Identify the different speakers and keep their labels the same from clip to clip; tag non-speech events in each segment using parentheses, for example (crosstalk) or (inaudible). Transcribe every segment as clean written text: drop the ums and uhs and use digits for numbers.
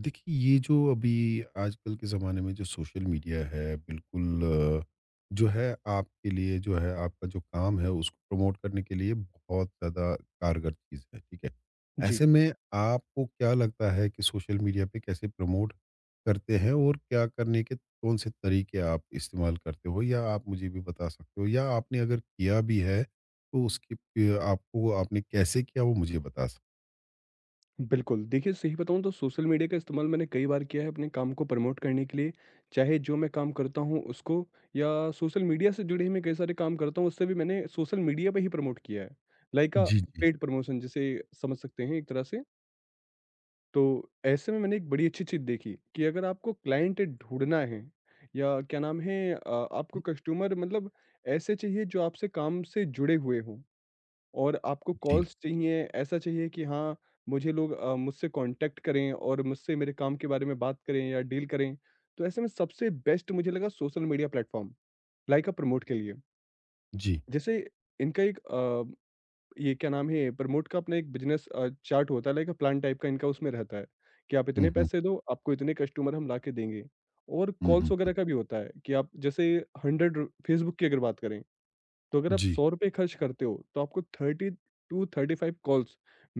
Speaker 1: देखिए ये जो अभी आजकल के ज़माने में जो सोशल मीडिया है बिल्कुल अ, जो है आपके लिए जो है आपका जो काम है उसको प्रमोट करने के लिए बहुत ज़्यादा कारगर चीज़ है, ठीक है?
Speaker 2: जी,
Speaker 1: ऐसे में आपको क्या लगता है कि सोशल मीडिया पे कैसे प्रमोट करते हैं और क्या करने के कौन-से तरीके आप इस्तेमाल करते हो या आप मुझे भी बता सकते हो या आपने अगर किया भी है तो उसकी प आपको आपने कैसे किया वो मुझे बता सक।
Speaker 2: बिल्कुल। देखिए, सही बताऊँ तो सोशल मीडिया का इस्तेमाल मैंने कई बार किया है अपने काम को प्रमोट करने के लिए, चाहे जो मैं काम करता हूँ उसको या सोशल मीडिया से जुड़े ही मैं कई सारे काम करता हूँ, उससे भी मैंने सोशल मीडिया पे ही प्रमोट किया है। लाइक
Speaker 1: जी, जी।
Speaker 2: पेड प्रमोशन जिसे समझ सकते हैं एक तरह से। तो ऐसे में मैंने एक बड़ी अच्छी चीज़ देखी कि अगर आपको क्लाइंट ढूँढना है या क्या नाम है आपको कस्टमर मतलब ऐसे चाहिए जो आपसे काम से जुड़े हुए हों। और आपको
Speaker 1: जी,
Speaker 2: कॉल्स चाहिए, ऐसा चाहिए कि हाँ, मुझे लोग मुझसे कॉन्टैक्ट करें और मुझसे मेरे काम के बारे में बात करें या डील करें। तो ऐसे में सबसे बेस्ट मुझे लगा social media platform, like a promote के लिए।
Speaker 1: जी।
Speaker 2: जैसे इनका एक ये क्या नाम है, प्रमोट का अपना एक बिज़नेस चार्ट होता है, लाइक अ प्लान टाइप का इनका उसमें रहता है कि आप इतने
Speaker 1: हुँ, हुँ।
Speaker 2: पैसे दो, आपको इतने कस्टमर हम लाके देंगे। और
Speaker 1: हुँ,
Speaker 2: कॉल्स
Speaker 1: हुँ।
Speaker 2: वगैरह का भी होता है कि आप जैसे 100 रू फेसबुक की अगर बात करें, तो अगर आप
Speaker 1: जी,
Speaker 2: ₹100 खर्च करते हो, तो आपको 30 टू 35 कॉल्स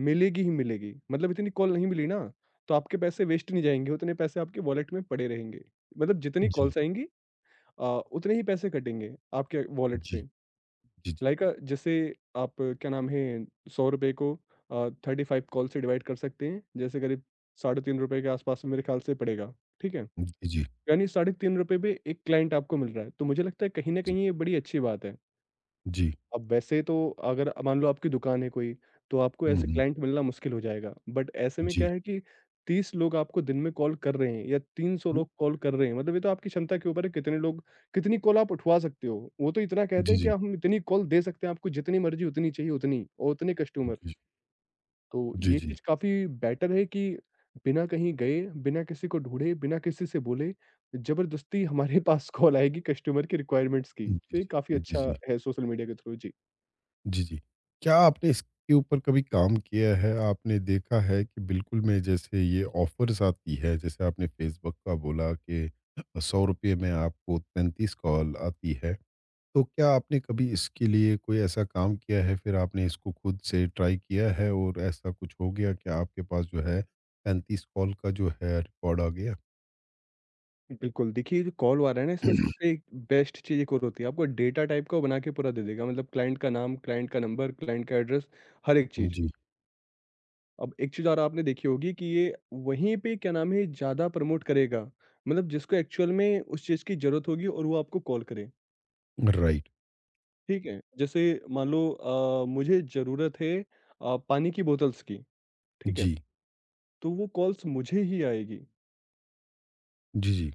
Speaker 2: मिलेगी ही मिलेगी। मतलब इतनी कॉल नहीं मिली ना, तो आपके पैसे वेस्ट नहीं जाएँगे, उतने पैसे आपके वॉलेट में पड़े रहेंगे। मतलब जितनी
Speaker 1: जी,
Speaker 2: कॉल्स आएँगी अ, उतने ही पैसे कटेंगे आपके वॉलेट
Speaker 1: जी,
Speaker 2: से।
Speaker 1: जी, जी,
Speaker 2: लाइक जैसे आप क्या नाम है, ₹100 को 35 कॉल से डिवाइड कर सकते हैं, जैसे करीब ₹3.5 के आसपास मेरे ख्याल से पड़ेगा, ठीक है?
Speaker 1: जी, जी,
Speaker 2: यानी ₹3.5 पे 1 क्लाइंट आपको मिल रहा है, तो मुझे लगता है कहीं न
Speaker 1: जी,
Speaker 2: कहीं ये बड़ी अच्छी बात है।
Speaker 1: जी,
Speaker 2: अब वैसे तो अगर मान लो आपकी दुकान है कोई, तो आपको
Speaker 1: हुँ,
Speaker 2: ऐसे क्लाइंट मिलना मुश्किल हो जाएगा। बट ऐसे में
Speaker 1: जी,
Speaker 2: क्या है कि 30 लोग आपको दिन में कॉल कर रहे हैं या 300
Speaker 1: हुँ,
Speaker 2: लोग कॉल कर रहे हैं, मतलब ये तो आपकी क्षमता के ऊपर है कितने लोग कितनी कॉल आप उठवा सकते हो। वो तो इतना कहते
Speaker 1: जी,
Speaker 2: हैं कि
Speaker 1: जी,
Speaker 2: हम इतनी कॉल दे सकते हैं आपको जितनी मर्ज़ी उतनी चाहिए उतनी और उतने
Speaker 1: जी,
Speaker 2: कस्टमर।
Speaker 1: जी,
Speaker 2: तो
Speaker 1: जी,
Speaker 2: ये
Speaker 1: जी,
Speaker 2: चीज़ काफ़ी बेटर है कि बिना कहीं गए, बिना किसी को ढूँढे, बिना किसी से बोले, ज़बरदस्ती हमारे (laughs) पास कॉल आएगी कस्टमर की रिक्वायरमेंट्स की। तो ये काफ़ी
Speaker 1: जी,
Speaker 2: अच्छा
Speaker 1: जी,
Speaker 2: है सोशल मीडिया के थ्रू। जी।
Speaker 1: जी, जी। क्या आपने इसके ऊपर कभी काम किया है? आपने देखा है कि बिल्कुल में जैसे ये ऑफ़र्स आती है, जैसे आपने फ़ेसबुक का बोला कि ₹100 में आपको 35 कॉल आती है। तो क्या आपने कभी इसके लिए कोई ऐसा काम किया है, फिर आपने इसको खुद से ट्राई किया है और ऐसा कुछ हो गया क्या आपके पास जो है 35 कॉल का जो है रिकॉर्ड आ गया?
Speaker 2: बिल्कुल, देखिए जो कॉल वाला है ना इसमें सबसे
Speaker 1: (clears throat)
Speaker 2: बेस्ट चीज़ एक और होती है, आपको डेटा टाइप का वो बना के पूरा दे देगा मतलब क्लाइंट का नाम, क्लाइंट का नंबर, क्लाइंट का एड्रेस, हर एक चीज़।
Speaker 1: जी,
Speaker 2: अब एक चीज़ और आपने देखी होगी कि ये वहीं पे क्या नाम है ज़्यादा प्रमोट करेगा, मतलब जिसको एक्चुअल में उस चीज़ की ज़रूरत होगी और वो आपको कॉल करे,
Speaker 1: राइट।
Speaker 2: ठीक है? जैसे मान लो मुझे ज़रूरत है पानी की बोतल्स की, ठीक है?
Speaker 1: जी।
Speaker 2: तो वो कॉल्स मुझे ही आएगी,
Speaker 1: जी, जी।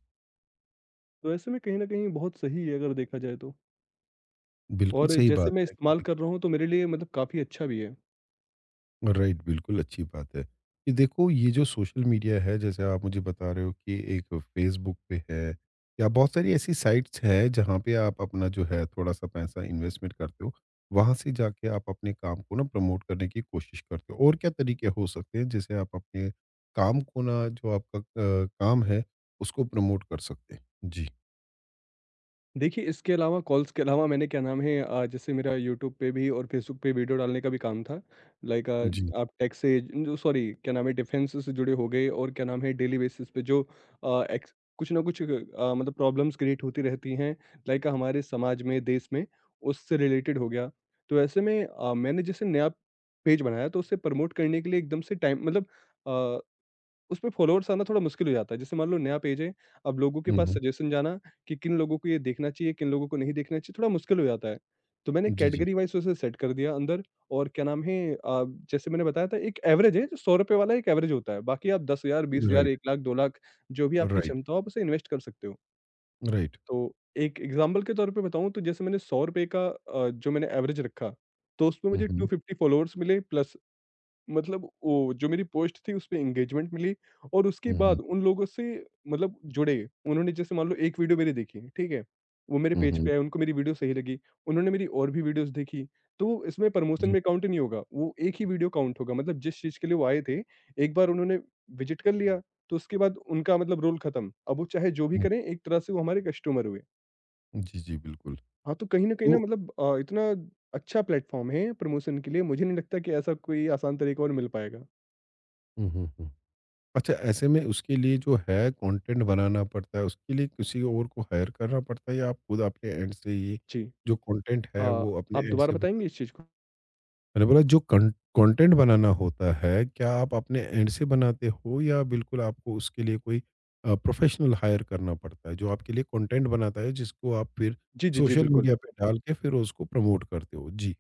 Speaker 2: तो ऐसे में कहीं न कहीं बहुत सही है अगर देखा जाए तो।
Speaker 1: बिल्कुल
Speaker 2: और
Speaker 1: सही
Speaker 2: जैसे
Speaker 1: बात
Speaker 2: मैं
Speaker 1: है
Speaker 2: इस्तेमाल
Speaker 1: कि
Speaker 2: कर रहा हूँ तो मेरे लिए मतलब काफ़ी अच्छा भी है।
Speaker 1: राइट बिल्कुल अच्छी बात है। ये देखो ये जो सोशल मीडिया है जैसे आप मुझे बता रहे हो कि एक फ़ेसबुक पे है या बहुत सारी ऐसी साइट्स हैं जहाँ पे आप अपना जो है थोड़ा-सा पैसा इन्वेस्टमेंट करते हो। वहाँ से जाके आप अपने काम को ना प्रमोट करने की कोशिश करते हो। और क्या तरीके हो सकते हैं जिससे आप अपने काम को ना जो आपका काम है उसको प्रमोट कर सकते हैं? जी,
Speaker 2: देखिए इसके अलावा कॉल्स के अलावा मैंने क्या नाम है जैसे मेरा यूट्यूब पे भी और फ़ेसबुक पे वीडियो डालने का भी काम था। लाइक
Speaker 1: जी।
Speaker 2: आप टेक से जो सॉरी क्या नाम है डिफेंस से जुड़े हो गए और क्या नाम है डेली बेसिस पे जो एक्स कुछ ना कुछ मतलब प्रॉब्लम्स क्रिएट होती रहती हैं लाइक हमारे समाज में, देश में, उससे रिलेटेड हो गया। तो ऐसे में मैंने जैसे नया पेज बनाया तो उसे प्रमोट करने के लिए एकदम से टाइम मतलब अ उसपे फ़ॉलोवर्स आना थोड़ा मुश्किल हो जाता है। जैसे मान लो नया पेज है, अब लोगों के
Speaker 1: हुँ,
Speaker 2: पास
Speaker 1: हुँ।
Speaker 2: सजेशन जाना कि किन लोगों को ये देखना चाहिए, किन लोगों को नहीं देखना चाहिए, थोड़ा मुश्किल हो जाता है। तो मैंने
Speaker 1: जी, जी।
Speaker 2: कैटेगरी वाइज़ उसे सेट कर दिया अंदर और क्या नाम है जैसे मैंने बताया था एक एवरेज है, जो ₹100 वाला एक एवरेज होता है। बाकी आप 10,000, 20,000,
Speaker 1: राइट,
Speaker 2: 1,00,000, 2,00,000 जो भी आपकी
Speaker 1: राइट,
Speaker 2: क्षमता हो, आप उसे इन्वेस्ट कर सकते हो।
Speaker 1: राइट।
Speaker 2: तो एक एग्ज़ाम्पल के तौर पे बताऊँ तो जैसे मैंने ₹100 का जो मैंने एवरेज रखा, तो उसमें
Speaker 1: हुँ,
Speaker 2: मुझे
Speaker 1: हुँ।
Speaker 2: 250 फ़ॉलोवर्स मिले प्लस मतलब वो जो मेरी पोस्ट थी उसपे एंगेजमेंट मिली और उसके
Speaker 1: हुँ, हुँ।
Speaker 2: बाद उन लोगों से मतलब जुड़े। उन्होंने जैसे मान लो एक वीडियो मेरी देखी, ठीक है? वो मेरे
Speaker 1: हुँ,
Speaker 2: पेज
Speaker 1: हुँ।
Speaker 2: पे आए, उनको मेरी वीडियो सही लगी। उन्होंने मेरी और भी वीडियोज़ देखी, तो इसमें प्रमोशन
Speaker 1: जी,
Speaker 2: में काउंट नहीं होगा। वो एक ही वीडियो काउंट होगा मतलब जिस चीज़ के लिए वो आए थे, एक बार उन्होंने विज़िट कर लिया, तो उसके बाद उनका मतलब रोल खत्म। अब वो चाहे जो भी
Speaker 1: हुँ।
Speaker 2: करें, एक तरह से वो हमारे कस्टमर हुए।
Speaker 1: जी, जी बिल्कुल।
Speaker 2: हाँ, तो कहीं न कहीं ना
Speaker 1: तो
Speaker 2: मतलब इतना अच्छा प्लेटफ़ॉर्म है प्रमोशन के लिए, मुझे नहीं लगता कि ऐसा कोई आसान तरीका और मिल पाएगा।
Speaker 1: हुँ, हुँ, हुँ। अच्छा ऐसे में उसके लिए जो है कंटेंट बनाना पड़ता है, उसके लिए किसी और को हायर करना पड़ता है या आप खुद अपने एंड से ये
Speaker 2: जी।
Speaker 1: जो कंटेंट
Speaker 2: अ,
Speaker 1: है वो अपने
Speaker 2: आप
Speaker 1: एंड
Speaker 2: दोबारा
Speaker 1: से बना।
Speaker 2: बताएँगे इस चीज़ को?
Speaker 1: मैंने बोला जो कं कंटेंट बनाना होता है, क्या आप अपने एंड से बनाते हो या बिल्कुल आपको उसके लिए कोई प्रोफ़ेशनल हायर करना पड़ता है, जो आपके लिए कंटेंट बनाता है जिसको आप फिर
Speaker 2: जी, जी, जी,
Speaker 1: सोशल
Speaker 2: बिल्कुल।
Speaker 1: मीडिया पे डाल के फिर उसको प्रमोट करते हो? जी।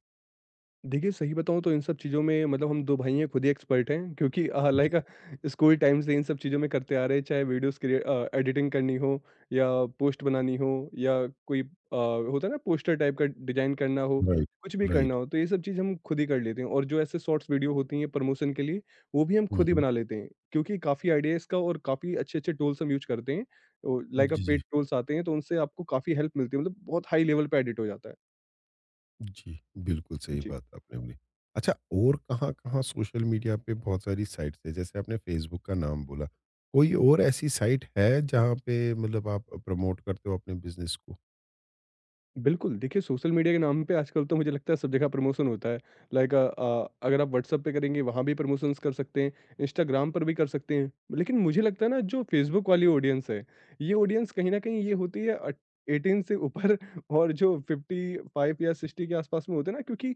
Speaker 2: देखिए, सही बताऊँ तो इन सब चीज़ों में मतलब हम 2 भाई हैं, खुद ही एक्सपर्ट हैं क्योंकि
Speaker 1: जी।
Speaker 2: लाइक स्कूल टाइम से इन सब चीज़ों में करते आ रहे हैं, चाहे वीडियोज़ एडिटिंग करनी हो या पोस्ट बनानी हो या कोई होता है ना पोस्टर टाइप का डिज़ाइन करना हो,
Speaker 1: राइट,
Speaker 2: कुछ भी करना
Speaker 1: राइट।
Speaker 2: हो, तो ये सब चीज़ हम खुद ही कर लेते हैं और जो ऐसे शॉर्ट्स वीडियो होती हैं प्रमोशन के लिए, वो भी हम
Speaker 1: हुँ,
Speaker 2: खुद ही
Speaker 1: हुँ।
Speaker 2: बना लेते हैं क्योंकि काफ़ी आइडिया है इसका और काफ़ी अच्छे-अच्छे टूल्स हम यूज़ करते हैं। ओ लाइक अ
Speaker 1: जी, जी।
Speaker 2: पेड टूल्स आते हैं, तो उनसे आपको काफ़ी हेल्प मिलती है मतलब बहुत हाई लेवल पे एडिट हो जाता है।
Speaker 1: जी, बिल्कुल सही
Speaker 2: जी।
Speaker 1: बात आपने बोली। अच्छा और कहाँ-कहाँ सोशल मीडिया पे बहुत सारी साइट्स है, जैसे आपने फ़ेसबुक का नाम बोला, कोई और ऐसी साइट है जहाँ पे मतलब आप प्रमोट करते हो अपने बिज़नेस को?
Speaker 2: बिल्कुल, देखिए सोशल मीडिया के नाम पे आजकल तो मुझे लगता है सब जगह प्रमोशन होता है। लाइक अगर आप व्हाट्सएप पे करेंगे वहाँ भी प्रमोशंस कर सकते हैं, इंस्टाग्राम पर भी कर सकते हैं। लेकिन मुझे लगता है ना जो फेसबुक वाली ऑडियंस है, ये ऑडियंस कहीं न कहीं ये होती है अट 18 से ऊपर (laughs) और जो 55 या 60 के आसपास में होते हैं ना क्योंकि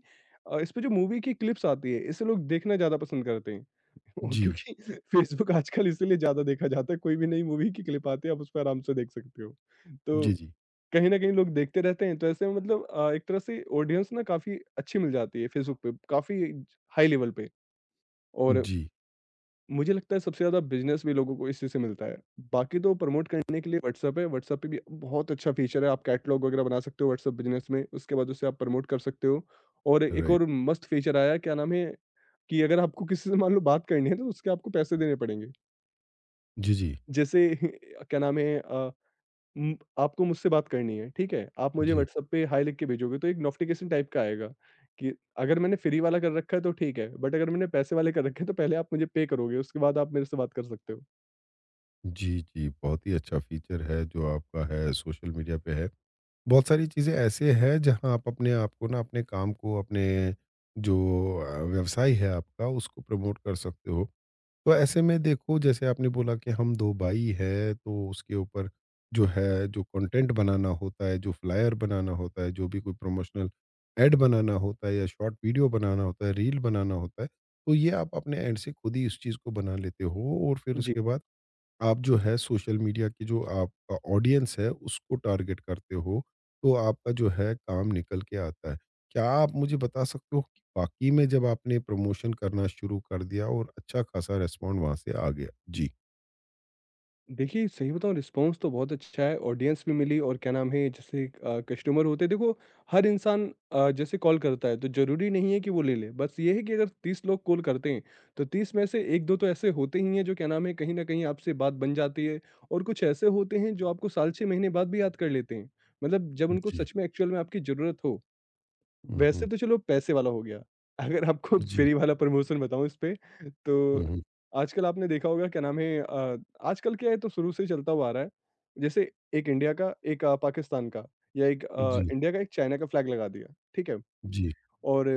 Speaker 2: इसपे जो मूवी की क्लिप्स आती है, इसे लोग देखना ज़्यादा पसंद करते हैं। (laughs) ओ
Speaker 1: जी,
Speaker 2: क्योंकि फेसबुक आजकल इसीलिए ज़्यादा देखा जाता है, कोई भी नई मूवी की क्लिप आती है आप उसपे आराम से देख सकते हो। तो
Speaker 1: जी, जी।
Speaker 2: कहीं न कहीं लोग देखते रहते हैं, तो ऐसे में मतलब एक तरह से ऑडियंस ना काफ़ी अच्छी मिल जाती है फेसबुक पे, काफ़ी हाई लेवल पे और
Speaker 1: जी,
Speaker 2: मुझे लगता है सबसे ज़्यादा बिज़नेस भी लोगों को इसी से मिलता है। बाकी तो प्रमोट करने के लिए व्हाट्सएप है, व्हाट्सएप पे भी बहुत अच्छा फ़ीचर है, आप कैटलॉग वगैरह बना सकते हो व्हाट्सएप बिज़नेस में, उसके बाद उसे आप प्रमोट कर सकते हो और एक
Speaker 1: राइट।
Speaker 2: और मस्त फ़ीचर आया है, क्या नाम है, कि अगर आपको किसी से मान लो बात करनी है, तो उसके आपको पैसे देने पड़ेंगे।
Speaker 1: जी, जी।
Speaker 2: जैसे (laughs) क्या नाम है उम, आपको मुझसे बात करनी है, ठीक है? आप मुझे
Speaker 1: जी,
Speaker 2: व्हाट्सएप पे हाय लिख के भेजोगे तो एक नोटिफ़िकेशन टाइप का आएगा कि अगर मैंने फ्री वाला कर रखा है तो ठीक है, बट अगर मैंने पैसे वाले कर रखे हैं तो पहले आप मुझे पे करोगे, उसके बाद आप मेरे से बात कर सकते हो।
Speaker 1: जी, जी, बहुत ही अच्छा फ़ीचर है जो आपका है सोशल मीडिया पे है। बहुत सारी चीज़ें ऐसे हैं जहाँ आप अपने आप को ना अपने काम को अपने जो व्यवसाय है आपका उसको प्रमोट कर सकते हो। तो ऐसे में देखो जैसे आपने बोला कि हम 2 भाई हैं तो उसके ऊपर जो है जो कंटेंट बनाना होता है, जो फ्लायर बनाना होता है, जो भी कोई प्रमोशनल एड बनाना होता है या शॉर्ट वीडियो बनाना होता है, रील बनाना होता है, तो ये आप अपने एंड से खुद ही इस चीज़ को बना लेते हो और फिर
Speaker 2: जी।
Speaker 1: उसके बाद आप जो है सोशल मीडिया की जो आपका ऑडियंस है उसको टारगेट करते हो, तो आपका जो है काम निकल के आता है। क्या आप मुझे बता सकते हो कि वाक़ई में जब आपने प्रमोशन करना शुरू कर दिया और अच्छा खासा रिस्पॉन्ड वहाँ से आ गया? जी।
Speaker 2: देखिए, सही बताऊँ रिस्पॉन्स तो बहुत अच्छा है, ऑडियंस भी मिली और क्या नाम है जैसे कस्टमर होते हैं देखो हर इंसान जैसे कॉल करता है तो ज़रूरी नहीं है कि वो ले ले। बस ये है कि अगर 30 लोग कॉल करते हैं, तो 30 में से 1-2 तो ऐसे होते ही हैं जो क्या नाम है कहीं न कहीं आपसे बात बन जाती है और कुछ ऐसे होते हैं जो आपको साल 6 महीने बाद भी याद कर लेते हैं। मतलब जब उनको
Speaker 1: जी।
Speaker 2: सच में एक्चुअल में आपकी ज़रूरत हो।
Speaker 1: हुँ,
Speaker 2: वैसे
Speaker 1: हुँ।
Speaker 2: तो चलो पैसे वाला हो गया। अगर आपको
Speaker 1: जी।
Speaker 2: फ्री वाला प्रमोशन बताऊँ इसपे तो
Speaker 1: हुँ, हुँ।
Speaker 2: आजकल आपने देखा होगा क्या नाम है आजकल क्या है तो शुरू से चलता हुआ आ रहा है। जैसे एक इंडिया का, एक पाकिस्तान का या एक
Speaker 1: जी,
Speaker 2: इंडिया का, एक चाइना का फ्लैग लगा दिया, ठीक है?
Speaker 1: जी।
Speaker 2: और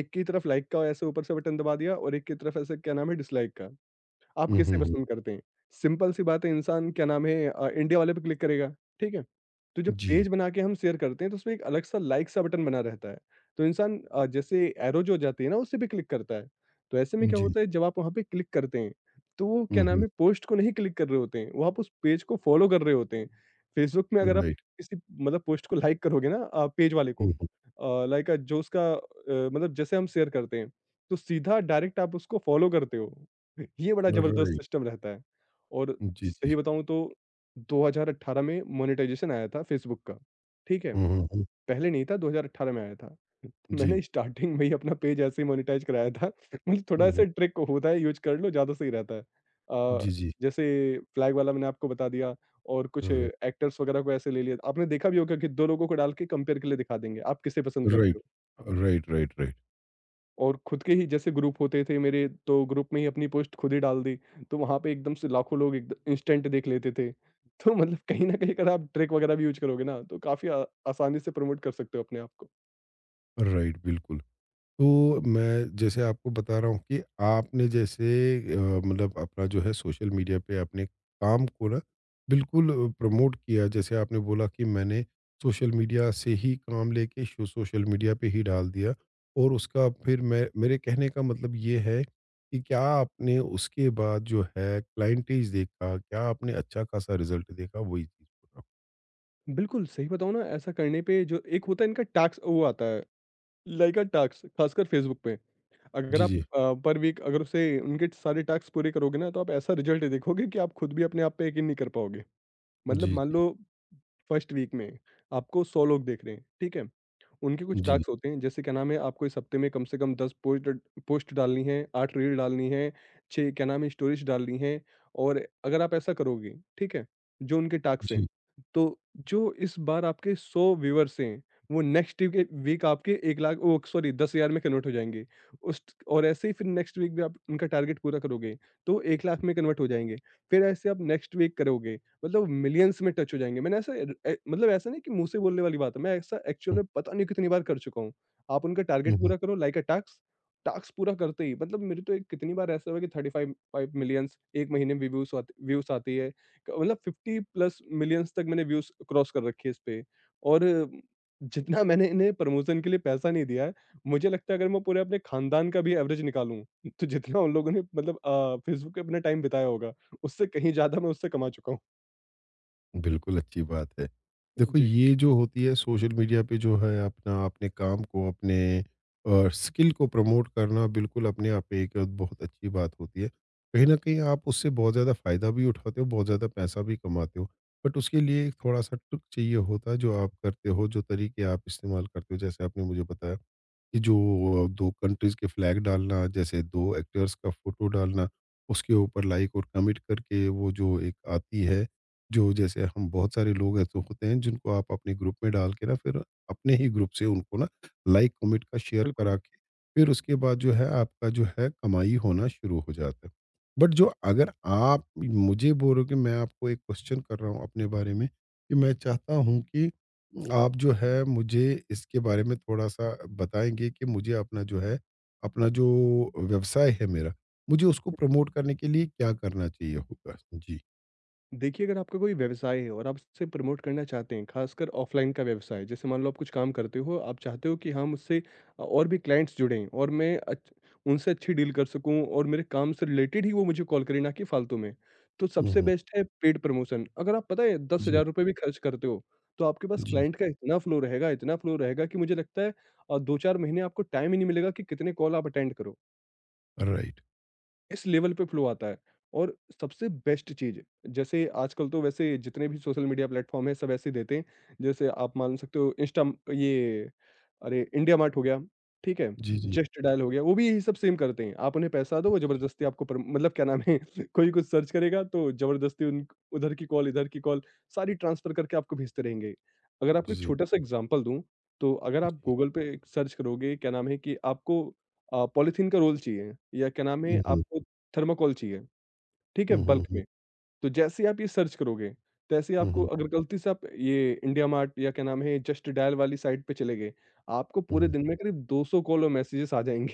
Speaker 2: एक की तरफ लाइक का ऐसे ऊपर से बटन दबा दिया और एक की तरफ ऐसे क्या नाम है डिसलाइक का। आप
Speaker 1: हुँ,
Speaker 2: किसे
Speaker 1: हुँ, हुँ।
Speaker 2: पसंद करते हैं? सिंपल सी बात है इंसान क्या नाम है इंडिया वाले पे क्लिक करेगा, ठीक है? तो जब
Speaker 1: जी,
Speaker 2: पेज बना के हम शेयर करते हैं तो उसमें एक अलग सा लाइक सा बटन बना रहता है। तो इंसान जैसे एरो जो हो जाती है ना उससे भी क्लिक करता है। तो ऐसे में क्या
Speaker 1: जी।
Speaker 2: होता है जब आप वहाँ पे क्लिक करते हैं, तो वो क्या
Speaker 1: हुँ,
Speaker 2: नाम
Speaker 1: हुँ।
Speaker 2: है पोस्ट को नहीं क्लिक कर रहे होते हैं, वो आप उस पेज को फॉलो कर रहे होते हैं। फेसबुक में अगर आप
Speaker 1: राइट।
Speaker 2: किसी मतलब पोस्ट को लाइक करोगे ना पेज वाले को
Speaker 1: हुँ, हुँ।
Speaker 2: लाइक जो उसका मतलब जैसे हम शेयर करते हैं, तो सीधा डायरेक्ट आप उसको फॉलो करते हो। ये बड़ा ज़बरदस्त
Speaker 1: राइट।
Speaker 2: सिस्टम रहता है। और
Speaker 1: जी,
Speaker 2: सही
Speaker 1: जी।
Speaker 2: बताऊँ तो 2018 में मोनेटाइज़ेशन आया था फ़ेसबुक का, ठीक है?
Speaker 1: हुँ, हुँ, हुँ।
Speaker 2: पहले नहीं था 2018 में आया था। (laughs) तो
Speaker 1: जी।
Speaker 2: मैंने स्टार्टिंग में ही अपना पेज ऐसे ही मोनेटाइज़ कराया था। (laughs) मतलब थोड़ा
Speaker 1: हुँ,
Speaker 2: ऐसा
Speaker 1: हुँ।
Speaker 2: ट्रिक होता है यूज़ कर लो ज़्यादा सही रहता है।
Speaker 1: जी, जी।
Speaker 2: जैसे फ्लैग वाला मैंने आपको बता दिया और कुछ
Speaker 1: हुँ, हुँ।
Speaker 2: एक्टर्स वगैरह को ऐसे ले लिया। आपने देखा भी होगा कि 2 लोगों को डाल के कंपेयर के लिए दिखा देंगे, आप किसे पसंद
Speaker 1: राइट।
Speaker 2: करते हो?
Speaker 1: Right, right, right.
Speaker 2: और खुद के ही जैसे ग्रुप होते थे मेरे, तो ग्रुप में ही अपनी पोस्ट खुद ही डाल दी, तो वहाँ पे एकदम से लाखों लोग एकदम इंस्टेंट देख लेते थे। (laughs) तो मतलब कहीं न कहीं अगर आप ट्रिक वगैरह भी यूज़ करोगे ना, तो काफ़ी आसानी से प्रमोट कर सकते हो अपने आप को।
Speaker 1: राइट, बिल्कुल। तो मैं जैसे आपको बता रहा हूँ कि आपने जैसे अ, मतलब अपना जो है सोशल मीडिया पे अपने काम को ना बिल्कुल प्रमोट किया जैसे आपने बोला कि मैंने सोशल मीडिया से ही काम लेके शो- सोशल मीडिया पे ही डाल दिया और उसका फिर मैं मेरे कहने का मतलब ये है कि क्या आपने उसके बाद जो है क्लाइंटेज देखा क्या आपने अच्छा खासा रिजल्ट देखा वही चीज़ बोल रहा हूँ।
Speaker 2: बिल्कुल, सही बताऊँ ना, ऐसा करने पे जो एक होता है इनका टैक्स वो आता है, लाइका टैक्स, खासकर फेसबुक पे। अगर
Speaker 1: जी
Speaker 2: आप
Speaker 1: जी
Speaker 2: पर वीक अगर उसे उनके सारे टास्क पूरे करोगे ना, तो आप ऐसा रिज़ल्ट देखोगे कि आप खुद भी अपने आप पे यकीन नहीं कर पाओगे। मतलब
Speaker 1: जी
Speaker 2: मान
Speaker 1: जी
Speaker 2: लो फर्स्ट वीक में आपको 100 लोग देख रहे हैं, ठीक है? उनके कुछ
Speaker 1: जी
Speaker 2: टास्क होते हैं जैसे क्या नाम है आपको इस हफ्ते में कम से कम 10 पोस्ट पोस्ट डालनी है, 8 रील डालनी है, 6 क्या नाम है स्टोरीज डालनी है और अगर आप ऐसा करोगे, ठीक है? जो उनके टास्क हैं,
Speaker 1: जी
Speaker 2: तो जो इस बार आपके 100 व्यूअर्स हैं, वो नेक्स्ट वीक वीक आपके 1 लाख ओह सॉरी 10,000 में कन्वर्ट हो जाएँगे। उस और ऐसे ही फिर नेक्स्ट वीक भी आप उनका टारगेट पूरा करोगे, तो 1 लाख में कन्वर्ट हो जाएँगे। फिर ऐसे आप नेक्स्ट वीक करोगे मतलब मिलियंस में टच हो जाएँगे। मतलब ऐसा नहीं कि मुँह से बोलने वाली बात है, मैं ऐसा एक्चुअल
Speaker 1: हम्म,
Speaker 2: में पता नहीं कितनी बार कर चुका हूँ। आप उनका टारगेट
Speaker 1: हम्म,
Speaker 2: पूरा करो लाइक अ टास्क, टास्क पूरा करते ही मतलब मेरे तो एक कितनी बार ऐसा हुआ कि 35-5 मिलियंस 1 महीने में व्यूज़ आती है। क मतलब 50 प्लस मिलियंस तक मैंने व्यूज़ क्रॉस कर रखी है इस पे और जितना मैंने इन्हें प्रमोशन के लिए पैसा नहीं दिया है, मुझे लगता है अगर मैं पूरे अपने खानदान का भी एवरेज निकालूँ, तो जितना उन लोगों ने फेसबुक पे अपना टाइम बिताया होगा, उससे कहीं ज़्यादा मैं उससे कमा चुका हूँ।
Speaker 1: बिल्कुल, अच्छी बात है। देखो
Speaker 2: जी,
Speaker 1: ये जो होती है सोशल मीडिया पे जो है अपना अपने काम को अपने स्किल को प्रमोट करना बिल्कुल अपने आप में एक बहुत अच्छी बात होती है। कहीं न कहीं आप उससे बहुत ज़्यादा फ़ायदा भी उठाते हो, बहुत ज़्यादा पैसा भी कमाते हो। बट उसके लिए एक थोड़ा-सा ट्रिक चाहिए होता है जो आप करते हो, जो तरीके आप इस्तेमाल करते हो जैसे आपने मुझे बताया। कि जो 2 कंट्रीज़ के फ्लैग डालना, जैसे 2 एक्टर्स का फ़ोटो डालना, उसके ऊपर लाइक और कमेंट करके वो जो एक आती है, जो जैसे हम बहुत सारे लोग ऐसे होते हैं जिनको आप अपने ग्रुप में डाल के ना फिर अपने ही ग्रुप से उनको ना लाइक, कमेंट का शेयर करा
Speaker 2: बिल्कुल।
Speaker 1: के फिर उसके बाद जो है आपका जो है कमाई होना शुरू हो जाता है। बट जो अगर आप मुझे बोलोगे मैं आपको एक क्वेश्चन कर रहा हूँ अपने बारे में कि मैं चाहता हूँ कि आप जो है मुझे इसके बारे में थोड़ा-सा बताएँगे कि मुझे अपना जो है, अपना जो व्यवसाय है मेरा, मुझे उसको प्रमोट करने के लिए क्या करना चाहिए होगा? जी।
Speaker 2: देखिए, अगर आपका कोई व्यवसाय है और आप उससे प्रमोट करना चाहते हैं, खासकर ऑफ़लाइन का व्यवसाय, जैसे मान लो आप कुछ काम करते हो, आप चाहते हो कि हाँ, मुझसे और भी क्लाइंट्स जुड़ें और मैं अच्छ उनसे अच्छी डील कर सकूँ और मेरे काम से रिलेटेड ही वो मुझे कॉल करें, ना कि फ़ालतू में। तो
Speaker 1: हुँ,
Speaker 2: सबसे
Speaker 1: हुँ।
Speaker 2: बेस्ट है पेड प्रमोशन। अगर आप पता है
Speaker 1: जी,
Speaker 2: ₹10,000 भी खर्च करते हो, तो आपके पास
Speaker 1: जी।
Speaker 2: क्लाइंट का इतना फ़्लो रहेगा कि मुझे लगता है 2-4 महीने आपको टाइम ही नहीं मिलेगा कि कितने कॉल आप अटेंड करो।
Speaker 1: राइट।
Speaker 2: इस लेवल पे फ़्लो आता है और सबसे बेस्ट चीज़ जैसे आजकल तो वैसे जितने भी सोशल मीडिया प्लेटफ़ॉर्म हैं सब ऐसे देते हैं। जैसे आप मान सकते हो इंस्टा ये अरे इंडिया मार्ट हो गया, ठीक है?
Speaker 1: जी, जी।
Speaker 2: जस्ट डायल हो गया, वो भी यही सब सेम करते हैं। आप उन्हें पैसा दो, वो
Speaker 1: जी,
Speaker 2: ज़बरदस्ती आपको प्र मतलब क्या नाम है (laughs) कोई कुछ सर्च करेगा तो ज़बरदस्ती उन उधर की कॉल, इधर की कॉल, सारी ट्रांसफ़र करके आपको भेजते रहेंगे। अगर
Speaker 1: जी,
Speaker 2: आपको
Speaker 1: जी,
Speaker 2: एक
Speaker 1: जी।
Speaker 2: छोटा-सा एग्ज़ाम्पल दूँ, तो अगर आप गूगल पे सर्च करोगे क्या नाम है कि आपको पॉलीथीन का रोल चाहिए या क्या नाम है
Speaker 1: हुँ, हुँ।
Speaker 2: आपको थर्माकोल चाहिए, ठीक है?
Speaker 1: हुँ, हुँ,
Speaker 2: बल्क
Speaker 1: हुँ।
Speaker 2: में। तो जैसे ही आप ये सर्च करोगे, तैसे ही
Speaker 1: हुँ,
Speaker 2: आपको
Speaker 1: हुँ,
Speaker 2: अगर गलती से आप ये इंडिया मार्ट या क्या नाम है, जस्ट डायल वाली साइट पे चले गए, आपको पूरे
Speaker 1: हुँ।
Speaker 2: दिन में करीब 200 कॉल और मैसेजेस आ जाएँगे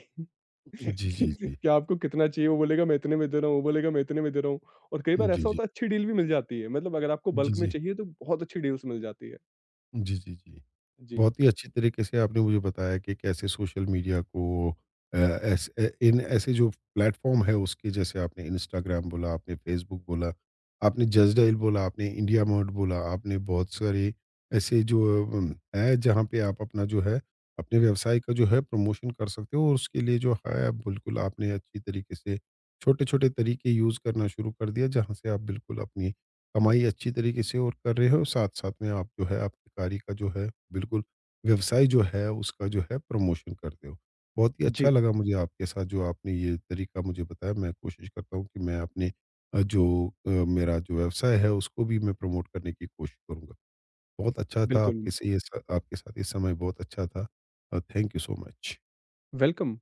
Speaker 2: (laughs)
Speaker 1: जी,
Speaker 2: कि
Speaker 1: जी, जी।
Speaker 2: कि आपको कितना चाहिए, वो बोलेगा मैं इतने में दे रहा हूँ, वो बोलेगा मैं इतने में दे रहा हूँ और कई बार
Speaker 1: जी,
Speaker 2: ऐसा
Speaker 1: जी।
Speaker 2: होता है अच्छी डील भी मिल जाती है। मतलब अगर आपको
Speaker 1: जी,
Speaker 2: बल्क में
Speaker 1: जी।
Speaker 2: चाहिए तो बहुत अच्छी डील्स मिल जाती है।
Speaker 1: जी, जी, जी।
Speaker 2: जी।
Speaker 1: बहुत ही अच्छी तरीके से आपने मुझे बताया कि कैसे सोशल मीडिया को ऐस ए- इन ऐसे जो प्लेटफॉर्म है उसके जैसे आपने इंस्टाग्राम बोला आपने फेसबुक बोला आपने जजडाइल बोला आपने इंडिया मोड बोला आपने बहुत सारे ऐसे जो है जहाँ पे आप अपना जो है अपने व्यवसाय का जो है प्रमोशन कर सकते हो और उसके लिए जो है आप बिल्कुल आपने अच्छी तरीके से छोटे छोटे तरीके यूज़ करना शुरू कर दिया जहाँ से आप बिल्कुल अपनी कमाई अच्छी तरीके से और कर रहे हो साथ साथ में आप जो है आपके कार्य का जो है बिल्कुल व्यवसाय जो है उसका जो है प्रमोशन करते हो। बहुत ही अच्छा
Speaker 2: जी,
Speaker 1: लगा मुझे आपके साथ जो आपने ये तरीका मुझे बताया मैं कोशिश करता हूँ कि मैं अपने जो मेरा जो व्यवसाय है उसको भी मैं प्रमोट करने की कोशिश करूँगा। बहुत अच्छा था
Speaker 2: बिल्कुल।
Speaker 1: आपके से ये स आपके साथ ये समय बहुत अच्छा था। Thank you so much.
Speaker 2: Welcome.